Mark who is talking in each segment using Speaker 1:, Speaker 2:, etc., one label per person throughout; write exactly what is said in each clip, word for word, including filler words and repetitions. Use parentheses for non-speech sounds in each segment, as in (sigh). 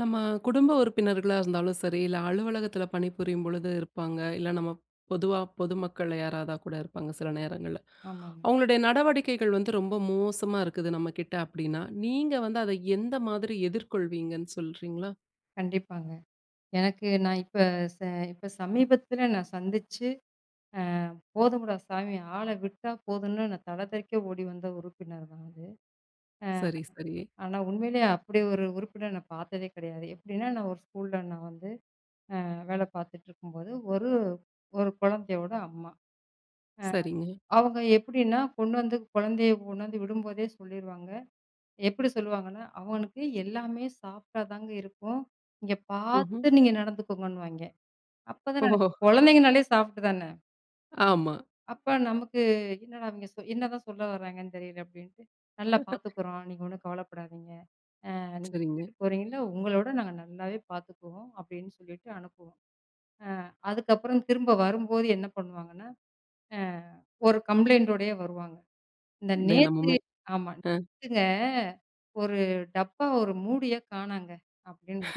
Speaker 1: நம்ம குடும்ப உறுப்பினர்களா இருந்தாலும் சரி, இல்ல அலுவலகத்துல பணிபுரியும் பொழுது இருப்பாங்க. இல்ல நம்ம பொதுவா பொதுமக்கள் யாராதா கூட இருப்பாங்க சில நேரங்கள்ல.
Speaker 2: ஆமாங்க.
Speaker 1: அவங்களுடைய நடவடிக்கைகள் வந்து ரொம்ப மோசமா இருக்குது நம்மகிட்ட அப்படின்னா, நீங்க வந்து அத எந்த மாதிரி எதிர்கொள்வீங்கன்னு சொல்றீங்களா?
Speaker 2: கண்டிப்பாங்க. எனக்கு நான் இப்ப ச இப்ப சமீபத்தில நான் சந்திச்சு, அ போதும்டா சாமி ஆள விட்டா போதும்ன்னு நான் தல தெறிக்க ஓடி வந்த உறுப்பினர் தான் அது.
Speaker 1: சரி, சரி.
Speaker 2: ஆனா உண்மையிலேயே அப்படி ஒரு உறுப்பினர நான் பார்த்ததே கிடையாது. எப்படின்னா, நான் ஒரு ஸ்கூல்ல நான் வந்து அ வேலை பார்த்துட்டுருக்கும்போது, ஒரு ஒரு குழந்தையோட அம்மா.
Speaker 1: சரிங்க.
Speaker 2: அவங்க எப்படின்னா, கொண்டு வந்து குழந்தைய கொண்டு வந்து விடும்போதே சொல்லிருவாங்க. எப்படி சொல்லுவாங்கன்னா, "அவனுக்கு எல்லாமே சாஃப்ட்டா தாங்க இருக்கும். நீங்க
Speaker 1: ம்ஹ்ம்.
Speaker 2: பார்த்து நீங்க நடந்துக்கோங்கன்னுவாய்ங்க." அப்பதான்
Speaker 1: ஓஹோ!
Speaker 2: நினைப்பேன். குழந்தைங்கனாலே சாஃப்ட் தானே.
Speaker 1: ஆமா.
Speaker 2: அப்ப நமக்கு என்னடா இவங்க சொ என்னதான் சொல்ல வராங்கன்னு தெரியல அப்டின்ட்டு, நல்லா பார்த்துக்குறோம். நீங்க ஒண்ணும் கவலைப்படாதீங்க. அ நீங்க
Speaker 1: சரிங்க.
Speaker 2: விட்டுட்டு போறீங்கல்ல, உங்களோட நாங்க நல்லாவே பார்த்துக்குவோம் அப்டின்னு சொல்லிட்டு அனுப்புவோம். அ அதுக்கப்புறம் திரும்ப வரும்போது என்ன பண்ணுவாங்கன்னா, அ ஒரு கம்ப்ளைண்டோடயே வருவாங்க. இந்த நேத்து
Speaker 1: தினமுமே.
Speaker 2: ஆமா.
Speaker 1: அ.
Speaker 2: நேத்துங்க ஒரு டப்பா ஒரு மூடிய காணாங்க அப்டின்னு.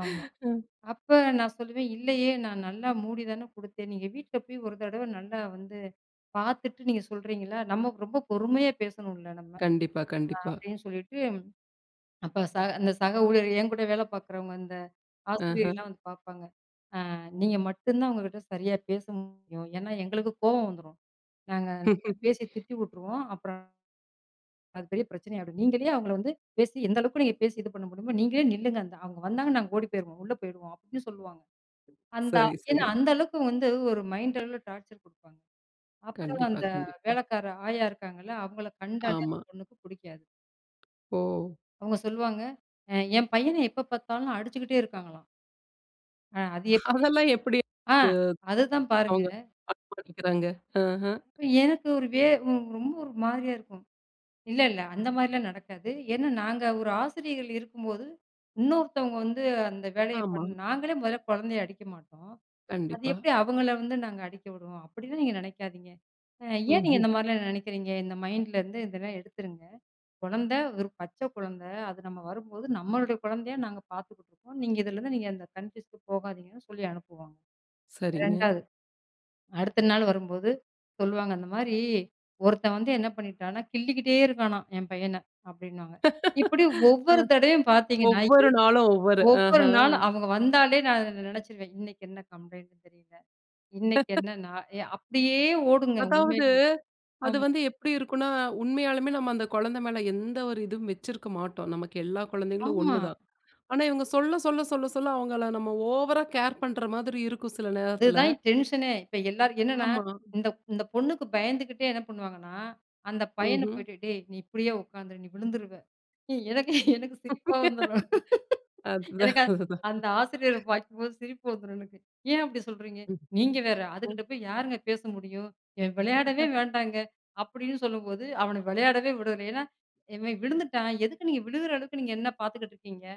Speaker 2: ஆமா.
Speaker 1: ம்.
Speaker 2: அப்ப நான் சொல்லுவேன், இல்லையே நான் நல்லா மூடி தானே குடுத்தேன். நீங்க வீட்ல போய் ஒரு தடவ நல்லா வந்து பாத்துட்டு நீங்க சொல்றீங்கல்ல, நம்ம ரொம்ப பொறுமையா பேசணும்ல நம்ம.
Speaker 1: கண்டிப்பா,
Speaker 2: அ
Speaker 1: கண்டிப்பா.
Speaker 2: அப்படின்னு சொல்லிட்டு, அப்ப சக அந்த சக ஊழியர் என் கூட வேலை பாக்குறவங்க, அந்த
Speaker 1: ஆஹ.
Speaker 2: ஆசிரியர்லாம் வந்து பாப்பாங்க. அ நீங்க மட்டும் தான் அவங்ககிட்ட சரியா பேச முடியும். ஏன்னா எங்களுக்கு கோவம் வந்துரும். நாங்க நல்லா பேசி திட்டி விட்டுருவோம். அப்புறம் அது பெரிய பிரச்சனை ஆயிடும். நீங்களே அவங்கள வந்து பேசி எந்த அளவுக்கு நீங்க பேசி இது பண்ண முடியுமோ, நீங்களே நில்லுங்க. அந்த அவங்க வந்தாங்க நாங்க ஓடி போயிருவோம். உள்ள போயிடுவோம் அப்படின்னு சொல்லுவாங்க. அந்த
Speaker 1: சரி,
Speaker 2: ஏன்னா
Speaker 1: சரி.
Speaker 2: அந்த அளவுக்கு வந்து ஒரு மைண்ட் அளவுல டார்ச்சர் குடுப்பாங்க. அப்புறம்
Speaker 1: கண்டிப்பா,
Speaker 2: அந்த
Speaker 1: கண்டிப்பா.
Speaker 2: வேலைக்கார ஆயா இருக்காங்கல்ல, அவங்கள கண்டாலே அந்த
Speaker 1: ஆமா.
Speaker 2: பொண்ணுக்கு புடிக்காது.
Speaker 1: ஓ!
Speaker 2: அவங்க சொல்லுவாங்க, "அ என் பையன எப்ப பார்த்தாலும் அடிச்சுக்கிட்டே இருக்காங்களாம். அ அது எப்படி?"
Speaker 1: அதெல்லாம் எப்படி
Speaker 2: ஆ அதுதான் பாருங்க.
Speaker 1: அவங்க மாட்டிக்கிறாங்க. ஆஹ.
Speaker 2: அப்ப எனக்கு ஒரு வே ம் ரொம்ப ஒரு மாதிரியா இருக்கும். இல்ல, இல்ல அந்த மாரிலாம் நடக்காது. ஏன்னா நாங்க ஒரு ஆசிரியர்கள் இருக்கும்போது, இன்னொருத்தவங்க வந்து அந்த வேலைய
Speaker 1: ஆமா.
Speaker 2: பண்ண நாங்களே முதல்ல குழந்தைய அடிக்க மாட்டோம். அது
Speaker 1: கண்டிப்பா.
Speaker 2: எப்படி அவங்கள வந்து நாங்க அடிக்க விடுவோம்? அப்படிலாம் நீங்க நினைக்காதீங்க. அ ஏன் நீங்க
Speaker 1: ம்ஹ்ம்.
Speaker 2: இந்த மாரிலாம் நினைக்கிறீங்க? இந்த மைண்ட்லேருந்து இதெல்லாம் எடுத்துருங்க. குழந்தை, ஒரு பச்ச குழந்தை. அது நம்ம வரும்போது, நம்மளுடைய குழந்தையா நாங்க பார்த்துக்கிட்டு இருக்கோம். நீங்க இதுலருந்து நீங்க அந்த கன்ட்ரீஸ்க்கு போகாதீங்கன்னு சொல்லி அனுப்புவாங்க.
Speaker 1: சரிங்க.
Speaker 2: இரண்டாவது அடுத்த நாள் வரும்போது சொல்லுவாங்க, "அந்த மாரி ஒருத்தன் வந்து என்ன பண்ணிட்டான்னா, கிள்ளிக்கிட்டே இருக்கானாம் என் பையன" அப்படின்னுவாங்க. இப்படி ஒவ்வொரு தடவையும் பார்த்தீங்கன்னா, எ
Speaker 1: ஒவ்வொரு நாளும் ஒவ்வொரு. ஆஹ.
Speaker 2: ஒவ்வொரு நாளும் அவங்க வந்தாலே நான் நினைச்சிருவேன், "இன்னைக்கு என்ன கம்ப்ளைண்ட்ன்னு தெரியல. இன்னைக்கு என்ன நான்" எ அப்படியே ஓடுங்க
Speaker 1: அதாவது
Speaker 2: உண்மையிலேயே.
Speaker 1: அது
Speaker 2: ஆமா,
Speaker 1: வந்து எப்படி இருக்கும்னா, உண்மையாலுமே நம்ம அந்த குழந்தை மேல எந்த ஒரு இதுவும் வச்சிருக்க மாட்டோம். நமக்கு எல்லா குழந்தைங்களும்
Speaker 2: ஆமா.
Speaker 1: ஒண்ணு தான். ஆனா இவங்க சொல்ல, சொல்ல, சொல்ல, சொல்ல அவங்கள நம்ம ஓவரா கேர் பண்ற மாதிரி இருக்கும் சில நேரத்துல.
Speaker 2: அதுதான் டென்ஷனே. இப்ப எல்லாரும் என்னன்னா,
Speaker 1: ஆமா.
Speaker 2: இந்த இந்த பொண்ணுக்கு பயந்துகிட்டே என்ன பண்ணுவாங்கன்னா, அந்த பையன
Speaker 1: ம்ஹ்ம்.
Speaker 2: போயிட்டு, "டேய், நீ இப்படியே உட்காந்துரு, நீ விழுந்துருவ." ஏய், எனக்கு எனக்கு சிரிப்பா வந்துரும்.
Speaker 1: அதுதான்,
Speaker 2: எனக்கு அ
Speaker 1: அதுதான்.
Speaker 2: அந்த ஆசிரியர பார்க்கும்போது சிரிப்பு வந்துரும் எனக்கு. "ஏன் அப்படி சொல்றீங்க?" "நீங்க வேற,
Speaker 1: ம்.
Speaker 2: அதுகிட்ட போய் யாருங்க பேச முடியும்? இவன் விளையாடவே வேண்டாங்க." அப்படின்னு சொல்லும்போது, அவன விளையாடவே விடல. ஏன்னா, "இவன் விழுந்துட்டான், எதுக்கு நீங்க விழுகுற அளவுக்கு நீங்க என்ன பார்த்துக்கிட்டு இருக்கீங்க?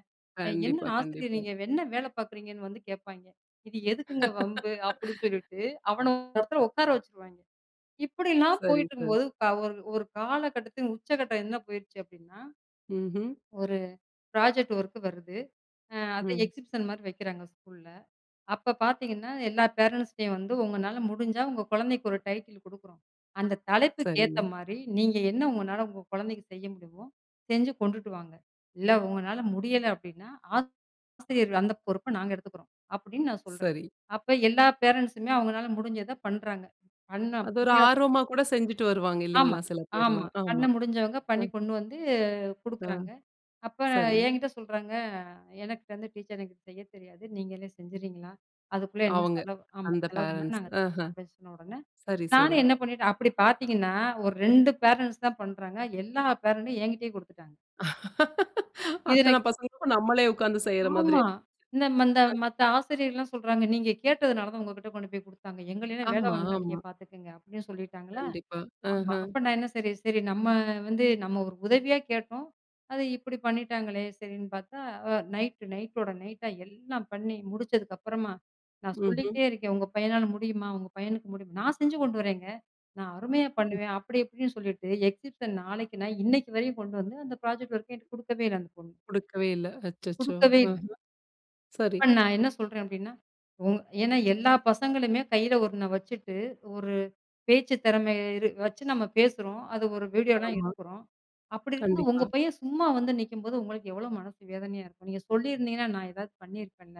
Speaker 2: அ என்ன
Speaker 1: கண்டிப்பா,
Speaker 2: ஆசிரியர்
Speaker 1: கண்டிப்பா.
Speaker 2: நீங்க? என்ன வேலை பார்க்குறீங்கன்னு?" வந்து கேட்பாய்ங்க. "இது எதுக்குங்க வம்பு?" அப்படின்னு சொல்லிட்டு அவன ஒரு இடத்துல உட்கார வச்சுருவாய்ங்க. இப்படிலாம்
Speaker 1: சரி, சரி.
Speaker 2: போயிட்டுருக்கும்போது க ஒரு ஒரு காலகட்டத்தின் உச்சகட்டம் என்ன போயிருச்சு அப்படின்னா,
Speaker 1: ம்ஹ்ம்.
Speaker 2: ஒரு ப்ராஜெக்ட் ஒர்க் வருது. அ அத
Speaker 1: ம்.
Speaker 2: எக்ஸிபிஷன் மாரி வைக்கிறாங்க ஸ்கூல்ல. அப்ப பார்த்தீங்கன்னா, எல்லா பேரண்ட்ஸ்ட்டயும் வந்து "உங்கனால முடிஞ்சா உங்க குழந்தைக்கு ஒரு டைட்டில் குடுக்குறோம். அந்த தலைப்புக்கு ஏத்த
Speaker 1: சரிங்க.
Speaker 2: மாரி நீங்க என்ன உங்கனால உங்க குழந்தைக்கு செய்ய முடியுமோ, செஞ்சு கொண்டுட்டு வாங்க. இல்ல உங்கனால முடியல அப்படின்னா" ஆ ஆசிரியர் அந்த பொறுப்ப நாங்க எடுத்துக்கிறோம். அப்படின்னு நான் சொல்றேன்.
Speaker 1: சரி.
Speaker 2: அப்ப எல்லா பேரண்ட்ஸுமே அவங்கனால முடிஞ்சத பண்றாங்க. பண்ண
Speaker 1: அது ஒரு
Speaker 2: முடியாத
Speaker 1: ஆர்வமா கூட செஞ்சுட்டு வருவாங்க
Speaker 2: ஆமா,
Speaker 1: இல்லீங்களா? சில
Speaker 2: ஆமா.
Speaker 1: பேர்லாம்.
Speaker 2: பண்ண
Speaker 1: ஆமா.
Speaker 2: முடிஞ்சவங்க
Speaker 1: அ,
Speaker 2: பண்ணி கொண்டு வந்து குடுக்குறாங்க.
Speaker 1: அ.
Speaker 2: அப்ப
Speaker 1: சரி.
Speaker 2: என்கிட்ட சொல்றாங்க, "எனக்கு வந்து டீச்சர் எனக்கு செய்ய தெரியாது. நீங்களே செஞ்சுறீங்களா? அதுக்குள்ள என்ன
Speaker 1: அவங்க.
Speaker 2: செலவு ஆமா
Speaker 1: அந்த
Speaker 2: செலவுன்னா
Speaker 1: பேரண்ட்ஸ்.
Speaker 2: நாங்க
Speaker 1: ஆஹ.
Speaker 2: தர்றோம்" அப்படின்னு சொன்ன உடனே,
Speaker 1: சரி, சரி.
Speaker 2: நானும் என்ன பண்ணிட்டேன் அப்படி பார்த்தீங்கன்னா, ஒரு ரெண்டு பேரண்ட்ஸ் தான் பண்றாங்க. எல்லா பேரண்ட்டும் என்கிட்டயே குடுத்துட்டாங்க. இதுல
Speaker 1: அத்தன பசங்களுக்கும் நம்மளே உட்கார்ந்து செய்ற மாதிரி.
Speaker 2: ஆமா. இந்த மந்த மத்த ஆசிரியர்கள்லாம் சொல்றாங்க, "நீங்க கேட்டதுனால தான் உங்ககிட்ட கொண்டு போய் குடுத்தாங்க. எங்களையெல்லாம் வேல
Speaker 1: ஆமா,
Speaker 2: வாங்காதீங்க
Speaker 1: ஆமா.
Speaker 2: பார்த்துக்கங்க." அப்படின்னு சொல்லிட்டாங்களா?
Speaker 1: கண்டிப்பா.
Speaker 2: ஆமா.
Speaker 1: ஆஹ.
Speaker 2: அப்ப நான் என்ன சரி, சரி நம்ம வந்து நம்ம ஒரு உதவியா கேட்டோம். அது இப்படி பண்ணிட்டாங்களே! சரின்னு பார்த்தா, அ நைட்டு நைட்டோட நைட்டா எல்லாம் பண்ணி முடிச்சதுக்கப்புறமா, நான்
Speaker 1: ம்ஹ்ம்.
Speaker 2: சொல்லிக்கிட்டே இருக்கேன். "உங்க பையனால முடியுமா? உங்க பையனுக்கு முடியுமா?" நான் செஞ்சு கொண்டு வரேங்க. நான் அருமையா
Speaker 1: ம்.
Speaker 2: பண்ணுவேன். அப்படி இப்படின்னு சொல்லிட்டு, எக்ஸிபிஷன் நாளைக்கு நான் இன்னைக்கு வரையும் கொண்டு வந்து, அந்த ப்ராஜெக்ட் ஒர்க்க என்ட்ட குடுக்கவே இல்ல அந்த பொண்ணு.
Speaker 1: குடுக்கவே இல்ல. அச்சச்சோ!
Speaker 2: குடுக்கவே இல்ல.
Speaker 1: ம். சரி.
Speaker 2: இப்ப நான் என்ன சொல்றேன் அப்டின்னா, உங் ஏன்னா எல்லா பசங்களுமே கையில ஒண்ண வச்சுட்டு, ஒரு பேச்சு திறமை இரு வச்சு நம்ம பேசுறோம். அது ஒரு வீடியோலாம்
Speaker 1: ஆமா.
Speaker 2: எடுக்குறோம். அப்படி இருந்து உங்க
Speaker 1: கண்டிப்பா.
Speaker 2: பையன் சும்மா வந்து நிக்கும்போது, உங்களுக்கு எவ்வளோ மனசு வேதனையா இருக்கும்? நீங்க சொல்லியிருந்தீங்கன்னா, நான் ஏதாவது பண்ணியிருப்பேன்ல.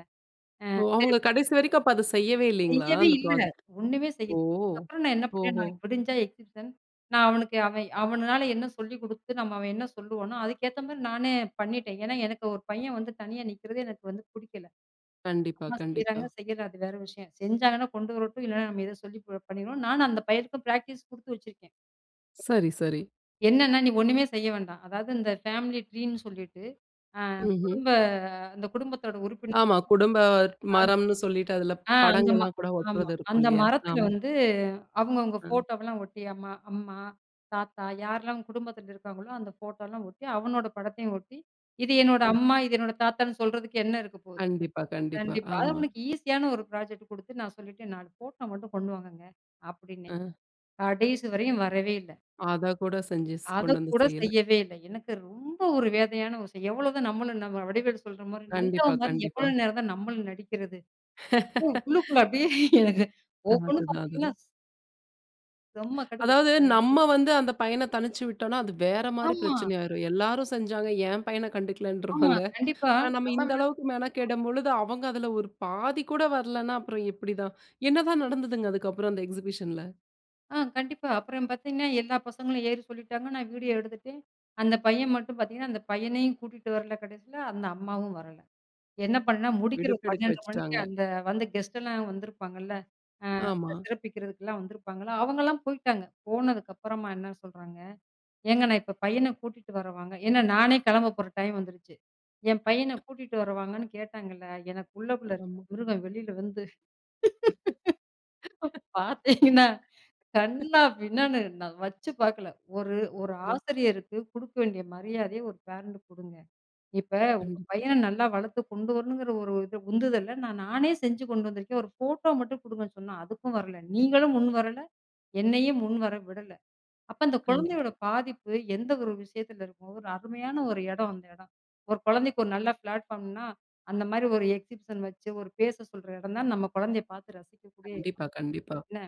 Speaker 1: ஓ!
Speaker 2: சரி,
Speaker 1: அவங்க கடைசி வரைக்கும் அப்ப அத செய்யவே இல்லீங்களா?
Speaker 2: செய்யவே
Speaker 1: அந்த
Speaker 2: இல்ல.
Speaker 1: ப்ராஜெக்ட்.
Speaker 2: ஒண்ணுமே செய்யல.
Speaker 1: ஓ!
Speaker 2: அதுக்கப்புறம் நான் என்ன பண்ணேன்,
Speaker 1: ஓஹோ!
Speaker 2: நாளைக்கு விடிஞ்சா எக்ஸிபிஷன். நான் அவனுக்கு அவன் அவனால என்ன சொல்லிக் குடுத்து, நம்ம அவன் என்ன சொல்லுவானோ, அதுக்கேத்த மாரி நானே பண்ணிட்டேன். ஏன்னா எனக்கு ஒரு பையன் வந்து தனியா நிக்கிறது எனக்கு வந்து புடிக்கல.
Speaker 1: கண்டிப்பா,
Speaker 2: அம்மா
Speaker 1: கண்டிப்பா.
Speaker 2: செய்றாங்க, செய்யல அது வேற விஷயம். செஞ்சாங்கன்னா கொண்டு வரட்டும், இல்லன்னா நம்ம ஏதோ சொல்லி ப பண்ணிருவோம். நானும் அந்த பையனுக்கும் பிராக்டிஸ் குடுத்து வச்சிருக்கேன்.
Speaker 1: சரி, சரி.
Speaker 2: என்னன்னா, "நீ ஒண்ணுமே செய்ய வேண்டாம்." அதாவது இந்த ஃபேமிலி ட்ரீன்னு சொல்லிட்டு, அ
Speaker 1: ம்ஹ்ம்.
Speaker 2: குடும்ப அந்த குடும்பத்தோட உறுப்பினர்
Speaker 1: ஆமா. குடும்ப மரம்னு சொல்லிட்டு அதுல
Speaker 2: ஆ அந்த ம
Speaker 1: படங்கள்லாம் கூட
Speaker 2: ஆமா.
Speaker 1: ஒட்டுறது இருக்கும்
Speaker 2: அந்த
Speaker 1: இல்லையா?
Speaker 2: மரத்துல
Speaker 1: ஆமா.
Speaker 2: வந்து அவங்கவங்க
Speaker 1: அ.
Speaker 2: ஃபோட்டோவெல்லாம் ஒட்டி, அம்மா அம்மா, தாத்தா யாரெல்லாம் குடும்பத்துல இருக்காங்களோ, அந்த ஃபோட்டோலாம் ஒட்டி, அவனோட படத்தையும் ஒட்டி, "இது என்னோட
Speaker 1: ம்.
Speaker 2: அம்மா, இது என்னோட தாத்தான்னு சொல்றதுக்கு என்ன இருக்க போகுது?"
Speaker 1: கண்டிப்பா, கண்டிப்பா.
Speaker 2: கண்டிப்பா. அது
Speaker 1: ஆமா.
Speaker 2: அவனுக்கு ஈஸியான ஒரு ப்ராஜெக்ட் குடுத்து நான் சொல்லிட்டேன், "நான்கு ஃபோட்டோ மட்டும் கொண்டு வாங்கங்க." அப்படின்னு.
Speaker 1: அ.
Speaker 2: கடைசி வரையும் வரவே இல்ல.
Speaker 1: அத கூட செஞ்சு ஸ் கொண்டு வந்து
Speaker 2: அதக்கூட
Speaker 1: செய்யல.
Speaker 2: செய்யவே இல்ல. எனக்கு ரொம்ப ஒரு வேதனையான விஷயம். எவ்வளோதான் நம்மளும் நம்ம வடிவேலு சொல்ற மாரி, நல்லவ
Speaker 1: கண்டிப்பா,
Speaker 2: மாரி
Speaker 1: கண்டிப்பா.
Speaker 2: எவ்வளோ நேரம் தான் நம்மளும் நடிக்கிறது. ஐயோ! உள்ளுக்குள்ள அப்படியே எனக்கு ஒவ்வொன்னும்
Speaker 1: அதுதான்,
Speaker 2: பார்த்தீங்கன்னா,
Speaker 1: அதுதான்.
Speaker 2: செம்ம கடுப்பு.
Speaker 1: அதாவது
Speaker 2: அப்புறம் நான் என்ன
Speaker 1: நம்ம
Speaker 2: பண்ணிட்டேன்
Speaker 1: வந்து அந்த பையன தனிச்சு விட்டோம்னா, அது வேற மாரி
Speaker 2: ஆமா,
Speaker 1: பிரச்சனை ஆயிரும். எல்லாரும் செஞ்சாங்க, என் பையன
Speaker 2: ஆமா.
Speaker 1: கண்டுக்கலன்ருவாங்க.
Speaker 2: கண்டிப்பா.
Speaker 1: ஆனா நம்ம
Speaker 2: நம்ம
Speaker 1: இந்த
Speaker 2: மேல
Speaker 1: அளவுக்கு மெனக்கெடும் பொழுது, அவங்க அதுல ஒரு பாதி கூட வரலன்னா, அப்புறம் எப்படிதான்? என்னதான் நடந்ததுங்க அதுக்கப்புறம் அந்த எக்ஸிபிஷன்ல?
Speaker 2: ஆ கண்டிப்பா. அப்புறம் பார்த்தீங்கன்னா, எல்லா பசங்களும் ஏறி சொல்லிட்டாங்க. நான் வீடியோ எடுத்துட்டேன். அந்த பையன் மட்டும் பார்த்தீங்கன்னா, அந்த பையனையும் கூட்டிட்டு வரல கடைசில. அந்த அம்மாவும் வரல. என்ன பண்ணேன், முடிக்கிற
Speaker 1: விடுப்பு எடுக்க
Speaker 2: பன்னிரண்டு மணிக்கு
Speaker 1: வச்சுட்டாங்க.
Speaker 2: அந்த வந்து கெஸ்ட்டெல்லாம் வந்திருப்பாங்கல்ல. அ இந்த
Speaker 1: ஆமா,
Speaker 2: சிறப்பிக்கிறதுக்கெல்லாம் வந்திருப்பாங்கல்ல, அவங்கலாம் போயிட்டாங்க. போனதுக்கு அப்புறமா என்ன சொல்றாங்க, "ஏங்க நான் இப்ப பையன கூட்டிட்டு வரவாங்க" ஏன்னா நானே கிளம்ப போற டைம் வந்துருச்சு. என் பையன கூட்டிட்டு வரவாங்கன்னு கேட்டாங்கல்ல, எனக்கு உள்ளக்குள்ள இருக்கிற
Speaker 1: ஆமா.
Speaker 2: மிருகம் வெளியில வந்து பார்த்தீங்கன்னா, கன்னா பின்னான்னு நான் வச்சு பார்க்கல. ஒரு ஒரு
Speaker 1: அது
Speaker 2: ஆசிரியருக்கு குடுக்க வேண்டிய மரியாதைய ஒரு பேரண்ட் குடுங்க. இப்ப உங்க
Speaker 1: கண்டிப்பா.
Speaker 2: பையன நல்லா வளர்த்து கொண்டு வரணுங்கிற ஒரு இது உந்துதல்ல, நான் நானே செஞ்சு கொண்டு வந்திருக்கேன். ஒரு ஃபோட்டோ மட்டும் குடுங்கன்னு சொன்னா, அதுக்கும் வரல. நீங்களும் முன் வரல, என்னையும் முன் வர விடல. அப்ப அந்த
Speaker 1: கண்டிப்பா,
Speaker 2: குழந்தையோட பாதிப்பு எந்த ஒரு விஷயத்துல இருக்கும்? ஒரு அருமையான ஒரு இடம் அந்த இடம். ஒரு குழந்தைக்கு ஒரு நல்ல பிளாட்ஃபார்ம்னா, அந்த மாரி ஒரு எக்ஸிபிஷன் வச்சு, ஒரு பேச சொல்ற இடம் தான் நம்ம குழந்தைய பார்த்து ரசிக்கக்கூடிய
Speaker 1: கண்டிப்பா, கண்டிப்பா.
Speaker 2: என்ன?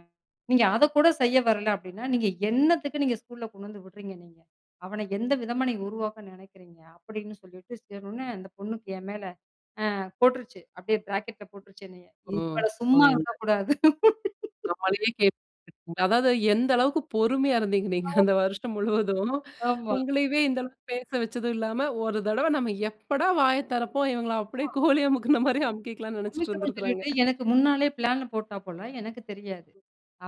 Speaker 2: நீங்க அதக்கூட செய்ய வரல அப்படின்னா, நீங்க என்னத்துக்கு நீங்க ஸ்கூல்ல கொண்டு வந்து விடுறீங்க நீங்க? அவன எந்த விதமா நீங்க உருவாக்க நினைக்கிறீங்க? அப்படின்னு சொல்லிட்டு சொன்னோனே, அந்த பொண்ணுக்கு என் மேல அஹ், போட்டுருச்சு. அப்படியே பிராக்கெட்ல போட்டுருச்சு என்னைய.
Speaker 1: ஓ!
Speaker 2: இவள
Speaker 1: ஓ!
Speaker 2: சும்மா
Speaker 1: எந்த
Speaker 2: விடக்கூடாது. (laughs)
Speaker 1: நம்மளையே கேள்வி கேட்டுட்டீங்க. அதாவது எந்த அளவுக்கு பொறுமையா இருந்தீங்க நீங்க
Speaker 2: ஆமா.
Speaker 1: அந்த வருஷம் முழுவதும்.
Speaker 2: ஆமா.
Speaker 1: உங்களையவே இந்த அளவுக்கு பேச வச்சதும் இல்லாம, ஒரு தடவ நம்ம எப்படா வாய திறப்போம், இவங்கள அப்படியே கோழி அமுக்குன மாரி அமுக்கிக்கலாம்ன்னு நெனச்சுட்டு
Speaker 2: அமிக்கணும்னு
Speaker 1: இருந்திருக்கிறாங்க.
Speaker 2: சொல்லிட்டு எனக்கு முன்னாலே பிளான்ல போட்டா போல. எனக்கு தெரியாது.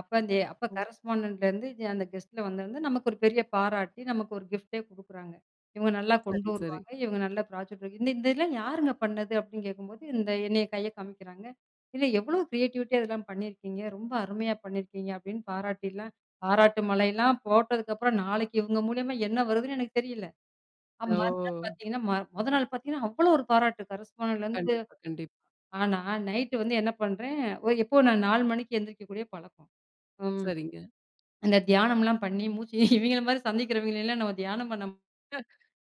Speaker 2: அப்ப அந்த அப்ப
Speaker 1: ம்.
Speaker 2: கரஸ்பாண்டன்ட்லேருந்து அந்த கெஸ்ட்ல வந்திருந்து, நமக்கு ஒரு பெரிய பாராட்டி, நமக்கு ஒரு கிஃப்ட்டே குடுக்குறாங்க. இவங்க நல்லா கொண்டு
Speaker 1: சரி, சரி.
Speaker 2: வருவாங்க. இவங்க நல்லா ப்ராஜெக்ட் ஒர்க் இந்த இந்த இதெல்லாம் யாருங்க பண்ணது? அப்படின்னு கேட்கும்போது, இந்த என்னைய கைய காமிக்கிறாங்க. "இல்ல எவ்வளோ கிரியேட்டிவிட்டியா இதெல்லாம் பண்ணியிருக்கீங்க. ரொம்ப அருமையா பண்ணியிருக்கீங்க" அப்படின்னு பாராட்டிலாம் பாராட்டு மழைலாம் போட்டதுக்கப்புறம், நாளைக்கு இவங்க மூலியமா என்ன வருதுன்னு எனக்கு தெரியல. அ மறுநாள்
Speaker 1: ஓ!
Speaker 2: பார்த்தீங்கன்னா, ம மொத நாள் பார்த்தீங்கன்னா, அவ்வளோ ஒரு பாராட்டு கரஸ்பாண்டன்ட்லேருந்து.
Speaker 1: கண்டிப்பா, கண்டிப்பா.
Speaker 2: ஆனா, நைட்டு வந்து என்ன பண்றேன், ஒ எப்போ நான் நாலு மணிக்கு எந்திரிக்கக்கூடிய பழக்கம். ம்.
Speaker 1: சரிங்க.
Speaker 2: அந்த தியானம்லாம் பண்ணி மூச்சு இவங்கள மாரி சந்திக்கிறவங்களலாம் நம்ம தியானம் பண்ணா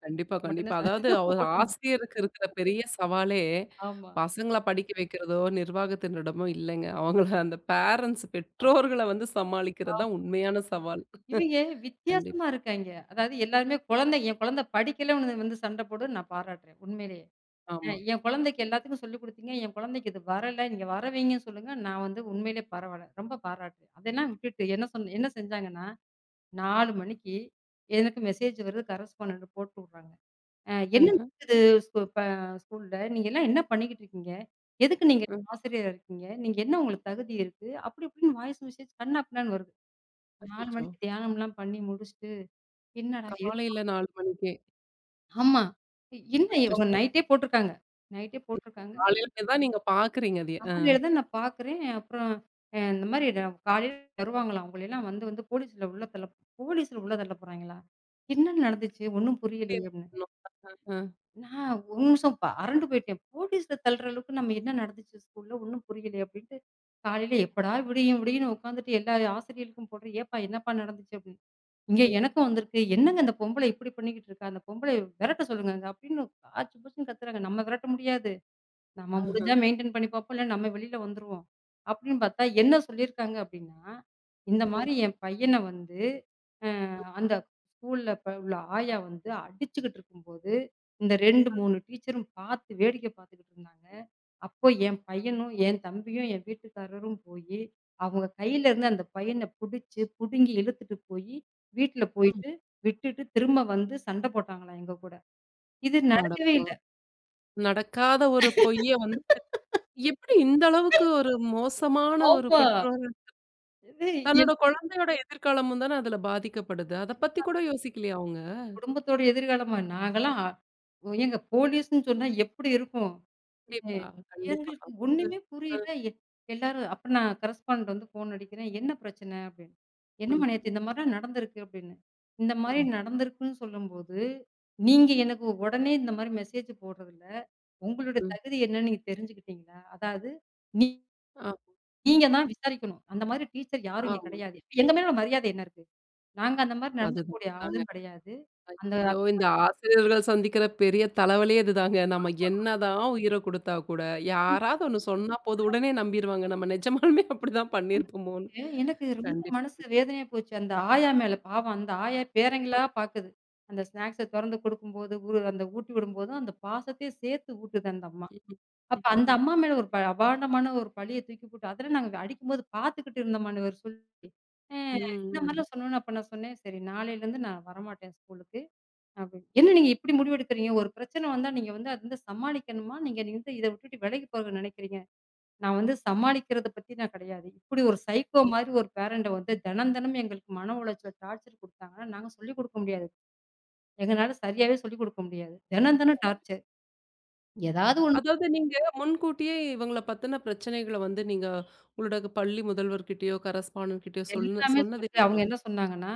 Speaker 1: கண்டிப்பா,
Speaker 2: மட்டும்
Speaker 1: கண்டிப்பா.
Speaker 2: தான் ஓட்ட
Speaker 1: அதாவது ஒரு
Speaker 2: (laughs) முடியும்.
Speaker 1: ஆசிரியருக்கு இருக்கிற பெரிய சவாலே,
Speaker 2: ஆமா.
Speaker 1: பசங்கள படிக்க வைக்கிறதோ, நிர்வாகத்தினரிடமோ இல்லைங்க. அவங்கள அந்த பேரண்ட்ஸ்
Speaker 2: ஆம்.
Speaker 1: பெற்றோர்கள வந்து சமாளிக்கிறது
Speaker 2: ஆம்.
Speaker 1: தான் உண்மையான சவால்.
Speaker 2: இவங்க வித்தியாசமா
Speaker 1: கண்டிப்பா.
Speaker 2: இருக்காய்ங்க. அதாவது எல்லாருமே குழந்தை என் குழந்தை படிக்கல உனது வந்து சண்ட போடுன்னு நான் பாராட்டுறேன். உண்மையிலேயே. அ
Speaker 1: ஆமா.
Speaker 2: என் குழந்தைக்கு எல்லாத்துக்கும் சொல்லிக் குடுத்தீங்க. என் குழந்தைக்கு இது வரல. நீங்க வர வைங்கன்னு சொல்லுங்க. நான் வந்து உண்மையிலே பரவால்ல. ரொம்ப பாராட்டுறேன். அதெல்லாம் விட்டுட்டு என்ன சொன் என்ன செஞ்சாங்கன்னா, நாலு மணிக்கு எனக்கு மெசேஜ் வருது கரஸ்பாண்டன்ட் போட்டு விடுறாங்க. அ என்ன
Speaker 1: அஹ.
Speaker 2: நடக்குது ஸ்கூ ப ஸ்கூல்ல? நீங்க எல்லாம் என்ன பண்ணிக்கிட்டு இருக்கீங்க? எதுக்கு நீங்க
Speaker 1: அ.
Speaker 2: ஆசிரியரா இருக்கீங்க? நீங்க என்ன உங்களுக்கு தகுதி இருக்கு? அப்படி இப்படின்னு வாய்ஸ் மெசேஜ் கன்னா பின்னான்னு வருது. நாலு
Speaker 1: அச்சச்சோ!
Speaker 2: மணிக்கு தியானம்லாம் பண்ணி முடிச்சுட்டு, என்னடா இது?
Speaker 1: காலையில நாலு மணிக்கே.
Speaker 2: ஆமா. இ- என்ன இவங்க
Speaker 1: அச்சச்சோ!
Speaker 2: நைட்டே போட்டிருக்காங்க. நைட்டே போட்டிருக்காங்க.
Speaker 1: காலையில தான் நீங்க பார்க்குறீங்க அதய. அ.
Speaker 2: காலையில தான் நான் பார்க்குறேன். அப்புறம் அ இந்த மாரி நான் காலையில வருவாங்களாம். உங்களையெல்லாம் வந்து வந்து போலீஸ்ல உள்ள தள்ள போலீஸ்ல உள்ள தள்ள போறாய்ங்களா? என்ன நடந்துச்சு? ஒண்ணும் புரியலையே!
Speaker 1: அ.
Speaker 2: நான் ஒரு நிமிஷம் ப அரண்டு போயிட்டேன். போலீஸ்ல தள்ளுற அளவுக்கு நம்ம என்ன நடந்துச்சு ஸ்கூல்ல ஒண்ணும் புரியலையே அப்டின்ட்டு, காலையில எப்படா விடியும் விடியும்ன்னு உட்காந்துட்டு எல்லா ஆசிரியர்களுக்கும் போடுறேன். ஏப்பா என்னப்பா நடந்துச்சு அப்டின்னு. இங்க எனக்கும் வந்திருக்கு. என்னங்க அந்த பொம்பளை இப்டி பண்ணிக்கிட்டு இருக்கா? அந்த பொம்பளைய விரட்ட சொல்லுங்கங்க அப்டின்னு ஆச்சு பூச்சுன்னு கத்துறாங்க. நம்ம விரட்ட முடியாது. நம்ம முடிஞ்சா
Speaker 1: அஹ.
Speaker 2: மெயின்டெயின் பண்ணி பார்ப்போம். இல்ல நம்ம வெளியில வந்துருவோம். அப்படின்னு பார்த்தா, என்ன சொல்லியிருக்காங்க அப்படின்னா, இந்த
Speaker 1: ம்.
Speaker 2: மாரி என் பையன வந்து அ அந்த ஸ்கூல்ல ப உள்ள ஆயா வந்து அடிச்சுக்கிட்டு இருக்கும்போது, இந்த ரெண்டு, மூணு டீச்சரும் பார்த்து வேடிக்கை பார்த்துக்கிட்டு இருந்தாங்க. அப்போ என் பையனும், என் தம்பியும், என் வீட்டுக்காரரும் போயி, அவங்க கையில இருந்து அந்த பையன புடிச்சு, புடுங்கி இழுத்துட்டு போயி, வீட்ல
Speaker 1: ம்.
Speaker 2: போயிட்டு விட்டுட்டு திரும்ப வந்து சண்டை போட்டாங்களாம் எங்க கூட. இது நடக்கவே
Speaker 1: அடப்பாவி!
Speaker 2: இல்ல.
Speaker 1: நடக்காத ஒரு பொய்ய வந்து எப்படி இந்த அளவுக்கு ஒரு மோசமான ஒரு
Speaker 2: ஆமா.
Speaker 1: பெற்றோர்
Speaker 2: இது
Speaker 1: தன்னோட குழந்தையோட எதிர்காலமும் தானே அதுல பாதிக்கப்படுது. அத பத்தி
Speaker 2: என்
Speaker 1: கூட யோசிக்கலையா அவங்க?
Speaker 2: குடும்பத்தோட எதிர்காலமா? நாங்கலாம் ஏங்க போலீஸ்ன்னு சொன்னா எப்படி இருக்கும்? எ
Speaker 1: கண்டிப்பா, கண்டிப்பா.
Speaker 2: எங்களுக்கு
Speaker 1: அது
Speaker 2: ஒண்ணுமே
Speaker 1: அ,
Speaker 2: புரியல. எ எல்லாரும் அப்ப நான் கரஸ்பாண்டன்ட் வந்து ஃபோன் அடிக்கிறேன். "என்ன பிரச்சனை?" அப்படின்னு. "என்னம்மா
Speaker 1: ம்,
Speaker 2: நேத்து இந்த மாரிலாம் நடந்திருக்கு" அப்படின்னு. இந்த மாரி
Speaker 1: ம்,
Speaker 2: நடந்திருக்குன்னு சொல்லும்போது, நீங்க
Speaker 1: ம்,
Speaker 2: எனக்கு உடனே இந்த மாரி மெசேஜ் போடுறதில, உங்களுடைய
Speaker 1: ம்.
Speaker 2: தகுதி என்னன்னு நீங்க தெரிஞ்சுக்கிட்டீங்களா? அதாவது நீ
Speaker 1: ஆ,
Speaker 2: நீங்க தான் விசாரிக்கணும். அந்த மாரி டீச்சர் யாரும் இங்க
Speaker 1: ஆமா.
Speaker 2: கிடையாது. எங்க மேல மரியாதை என்ன இருக்கு? நாங்க அந்த மாரி
Speaker 1: அதுதான்
Speaker 2: நடந்துக்கக்கூடிய
Speaker 1: தாங்க.
Speaker 2: ஆளும் கிடையாது. அந்த
Speaker 1: ஐயய்யோ! இந்த ஆசிரியர்கள் சந்திக்கிற பெரிய தலைவலியே இதுதாங்க. நம்ம என்னதான் உயிர குடுத்தா கூட, யாராவது ஒண்ணு சொன்னா போதும், உடனே நம்பிருவாங்க. நம்ம நிஜமாலுமே அப்படிதான் பண்ணியிருப்போமோன்னு.
Speaker 2: எனக்கு ரொம்ப
Speaker 1: கண்டிப்பா.
Speaker 2: மனசு வேதனையா போச்சு. அந்த ஆயா மேல பாவம் அந்த ஆயா பேரங்களா பாக்குது. அந்த ஸ்நாக்ஸ தொறந்து குடுக்கும்போது, ஊ அந்த ஊட்டி விடும்போதும் அந்த பாசத்தையும் சேர்த்து ஊட்டுது அந்த அம்மா.
Speaker 1: ம்,
Speaker 2: அப்ப
Speaker 1: ம், ம்,
Speaker 2: அந்த
Speaker 1: ம்.
Speaker 2: அம்மா மேல ஒரு ப அபாண்டமான ஒரு பழிய தூக்கி போட்டு அதெல்லாம் நாங்க அடிக்கும்போது பாத்துக்கிட்டு இருந்தோமான்னு இவரு சொல்லி. அ
Speaker 1: ம்,
Speaker 2: இந்த
Speaker 1: ம்.
Speaker 2: மாரிலாம் சொன்னோனே அப்ப நான் சொன்னேன், "சரி நாளையிலருந்து நான் வரமாட்டேன் ஸ்கூலுக்கு" அப்படின்னு. "என்ன நீங்க இப்படி முடிவெடுக்கிறீங்க? ஒரு பிரச்சனை வந்தா நீங்க வந்து அது வந்து சமாளிக்கணுமா? நீங்க நீங்க இத விட்டுட்டு விலகி போக நினைக்கிறீங்க?" நான் வந்து சமாளிக்கிறத பத்தி நான் கிடையாது. இப்படி ஒரு சைக்கோ மாரி ஒரு பேரண்ட்ட வந்து தினம், தினம் எங்களுக்கு மன உளைச்சல் டார்ச்சர் குடுத்தாங்கன்னா, நாங்க சொல்லிக் குடுக்க முடியாது. எங்கனால சரியாவே சொல்லிக் குடுக்க முடியாது. தினம், தினம் டார்ச்சர். ஏதாவது ஒண்ணு
Speaker 1: அதாவது நீங்க முன்கூட்டியே இவங்கள பத்தின பிரச்சனைகள வந்து நீங்க உங்களோட பள்ளி முதல்வர்கிட்டயோ, கரஸ்பாண்டன்ட் கிட்டயோ சொன்ன
Speaker 2: எல்லாமே
Speaker 1: சொன்னது
Speaker 2: சொல்லி அவங்க
Speaker 1: இல்லைங்களா?
Speaker 2: என்ன சொன்னாங்கன்னா,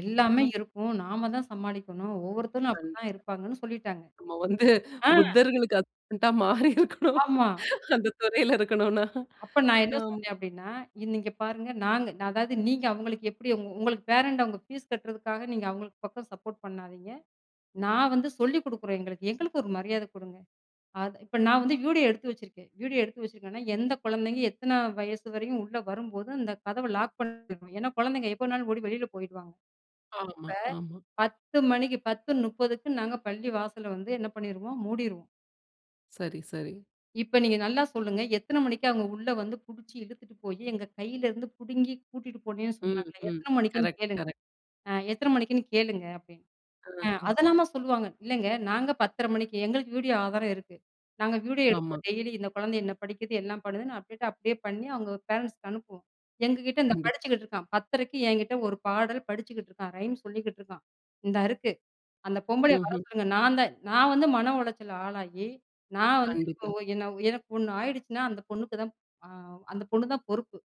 Speaker 2: "எல்லாமே
Speaker 1: ஆஹ.
Speaker 2: இருக்கும். நாம தான் சமாளிக்கணும். ஒவ்வொருத்தரும் அப்படிதான்
Speaker 1: கண்டிப்பா.
Speaker 2: இருப்பாங்கன்னு" சொல்லிட்டாங்க.
Speaker 1: நம்ம வந்து
Speaker 2: ஆ,
Speaker 1: புத்தர்களுக்கு அசிஸ்டன்ட்டா மாறி இருக்கணும்.
Speaker 2: ஆமா.
Speaker 1: அந்த துறையில இருக்கணும்னா.
Speaker 2: அப்ப நான் என்ன
Speaker 1: ஆமா.
Speaker 2: சொன்னேன் அப்படின்னா, இ- "நீங்க பாருங்க நாங்க நான் அதாவது நீங்க அவங்களுக்கு எப்படி உங்க உங்களுக்கு பேரண்ட் அவங்க ஃபீஸ் கட்டுறதுக்காக நீங்க அவங்களுக்கு பக்கம் சப்போர்ட் பண்ணாதீங்க. நான் வந்து சொல்லிக் குடுக்குறோம் எங்களுக்கு. எங்களுக்கு ஒரு மரியாதை குடுங்க." அது இப்ப நான் வந்து வீடியோ எடுத்து வச்சிருக்கேன். வீடியோ எடுத்து வச்சிருக்கேன்னா, எந்த குழந்தைங்க எத்தன வயசு வரையும் உள்ள வரும்போது, அந்த கதவ லாக் பண்ணிடணும். ஏன்னா, குழந்தைங்க எப்போனாலும் ஓடி வெளியில போயிடுவாங்க.
Speaker 1: ஆமா, ஆமா.
Speaker 2: பத்து மணிக்கு 10:30க்கு நாங்க பள்ளி வாசல வந்து என்ன பண்ணிருவோம், மூடிருவோம்.
Speaker 1: சரி, சரி.
Speaker 2: இப்ப நீங்க நல்லா சொல்லுங்க, எத்தன மணிக்கு அவங்க உள்ள வந்து புடிச்சு இழுத்துட்டு போயி, எங்க கையில இருந்து புடுங்கி கூட்டிட்டு போனேன்னு
Speaker 1: ம்,
Speaker 2: சொன்னாங்களே,
Speaker 1: ம்.
Speaker 2: எத்தன மணிக்குன்னு
Speaker 1: கரெக்ட்,
Speaker 2: கேளுங்க.
Speaker 1: கரெக்ட்.
Speaker 2: அ எத்தன மணிக்குன்னு கேளுங்க அப்படின்னு. அ
Speaker 1: ஆஹ.
Speaker 2: அதெல்லாமா சொல்லுவாங்க. இல்லங்க நாங்க பத்தரை மணிக்கு எங்களுக்கு வீடியோ ஆதாரம் இருக்கு. நாங்க வீடியோ
Speaker 1: ஆமா.
Speaker 2: எடுப்போம் டெய்லி இந்த குழந்தை என்ன படிக்குது, எல்லாம் பண்ணுதுன்னு அப்டேட் அப்படியே பண்ணி அவங்க பேரண்ட்ஸ்க்கு அனுப்புவோம். எங்ககிட்ட இந்த
Speaker 1: கண்டிப்பா.
Speaker 2: படிச்சுக்கிட்டு இருக்கான். 10:30க்கு என்கிட்ட ஒரு பாடல் படிச்சுக்கிட்டு இருக்கான். ரைம் சொல்லிக்கிட்டு இருக்கான். இந்தா இருக்கு. அந்த பொம்பளைய வர
Speaker 1: ம்ஹ்ம்.
Speaker 2: சொல்லுங்க. நான் தான் நான் வந்து மன உளைச்சல் ஆளாகி, நான் வந்து ஒ
Speaker 1: கண்டிப்பா,
Speaker 2: என்ன எனக்கு ஒண்ணு ஆயிடுச்சுன்னா, அந்த பொண்ணுக்கு தான் அ அந்த பொண்ணு தான் பொறுப்பு.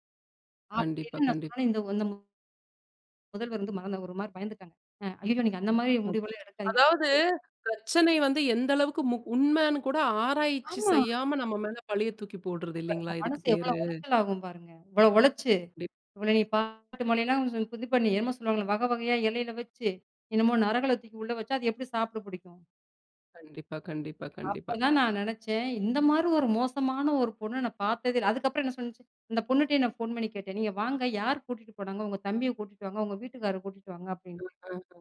Speaker 1: கண்டிப்பா,
Speaker 2: அப்படின்னு நான்
Speaker 1: கண்டிப்பா.
Speaker 2: சொன்னோனே இந்த இந்த முதல்வர் வந்து மறந்த ஒரு மாரி பயந்துட்டாங்க. அ ஐயய்யோ! நீங்க அந்த மாரி
Speaker 1: அத்
Speaker 2: முடிவெல்லாம் எடுக்காதீங்க.
Speaker 1: அதாவது பிரச்சனை வந்து எந்த அளவுக்கு முக் உண்மைன்னு கூட ஆராய்ச்சி
Speaker 2: ஆமா.
Speaker 1: செய்யாம நம்ம மேல பழிய தூக்கி போடுறது
Speaker 2: அப்ப நம்ம
Speaker 1: இல்லைங்களா? இதுக்கு
Speaker 2: மனசு எவ்வளோ
Speaker 1: பேரு.
Speaker 2: உளைச்சல் ஆகும் பாருங்க. இவ்வளோ உழைச்சு, இவ்வளோ நீ பாட்டு மாலைலாம் இது பண்ணி என்னமோ சொல்லுவாங்கள்ல, வகை வகையா இலையில வச்சு, என்னமோ நரகள தூக்கி உள்ள வச்சா, அது எப்படி சாப்பிட பிடிக்கும்?
Speaker 1: கண்டிப்பா, கண்டிப்பா, கண்டிப்பா.
Speaker 2: அப்பதான் நான் நெனச்சேன், இந்த மாரி ஒரு மோசமான ஒரு பொண்ண நான் பார்த்ததே இல்ல. அதுக்கப்புறம் என்ன சொன்னுச்சு, அந்த பொண்ணுட்டயே நான் ஃபோன் பண்ணி கேட்டேன். "நீங்க வாங்க, யார் கூட்டிட்டு போனாங்க? உங்க தம்பிய கூட்டிட்டு வாங்க, உங்க வீட்டுக்காரர கூட்டிட்டு வாங்க" அப்படின்ட்டு.
Speaker 1: அ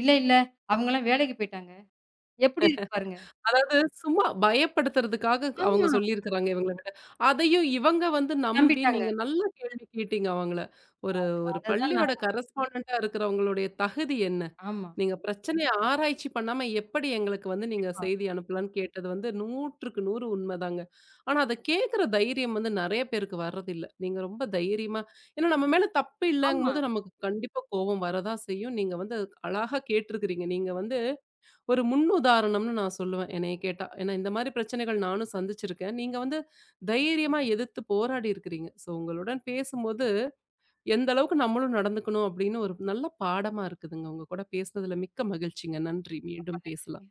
Speaker 2: "இல்ல, இல்ல. அவங்கலாம் வேலைக்கு போயிட்டாங்க." எப்படி இருக்கு பாருங்க.
Speaker 1: அதாவது சும்மா பயப்படுத்துறதுக்காக அவங்க
Speaker 2: ஆமா.
Speaker 1: சொல்லியிருக்கிறாங்க இவங்கள விட. அதையும் இவங்க வந்து நம்பி
Speaker 2: நம்பிட்டாங்க.
Speaker 1: நீங்க நல்ல கேள்வி கேட்டீங்க அவங்கள. ஒரு ஒரு
Speaker 2: அதுதான் நான்.
Speaker 1: பள்ளியோட கரஸ்பாண்டன்ட்டா இருக்கிறவங்களுடைய தகுதி என்ன?
Speaker 2: ஆமா.
Speaker 1: நீங்க பிரச்சனைய ஆராய்ச்சி பண்ணாம எப்படி எங்களுக்கு வந்து நீங்க
Speaker 2: கண்டிப்பா.
Speaker 1: செய்தி அனுப்பலான்னு கேட்டது வந்து நூறுக்கு நூறு உண்மதாங்க. ஆனா அத கேட்கிற தைரியம் வந்து நெறைய பேருக்கு வர்றதில்ல. நீங்க ரொம்ப தைரியமா ஏன்னா நம்ம மேல தப்பு
Speaker 2: ஆமா.
Speaker 1: இல்லங்கும்போது நமக்கு கண்டிப்பா கோவம் வரதான் செய்யும். நீங்க வந்து அழகா கேட்டிருக்கிறீங்க. நீங்க வந்து ஒரு முன்னுதாரணம்னு நான் சொல்லுவேன் என்னைய கேட்டா. ஏன்னா இந்த மாரி பிரச்சனைகள் நானும் சந்திச்சிருக்கேன். நீங்க வந்து தைரியமா எதிர்த்து போராடி இருக்கிறீங்க. ஸோ உங்களுடன் பேசும்போது எந்த அளவுக்கு நம்மளும் நடந்துக்கணும் அப்படின்னு ஒரு நல்ல பாடமா இருக்குதுங்க. உங்க கூட பேசுனதுல மிக்க மகிழ்ச்சிங்க. நன்றி. மீண்டும்
Speaker 2: ஆமாங்க.
Speaker 1: பேசலாம்.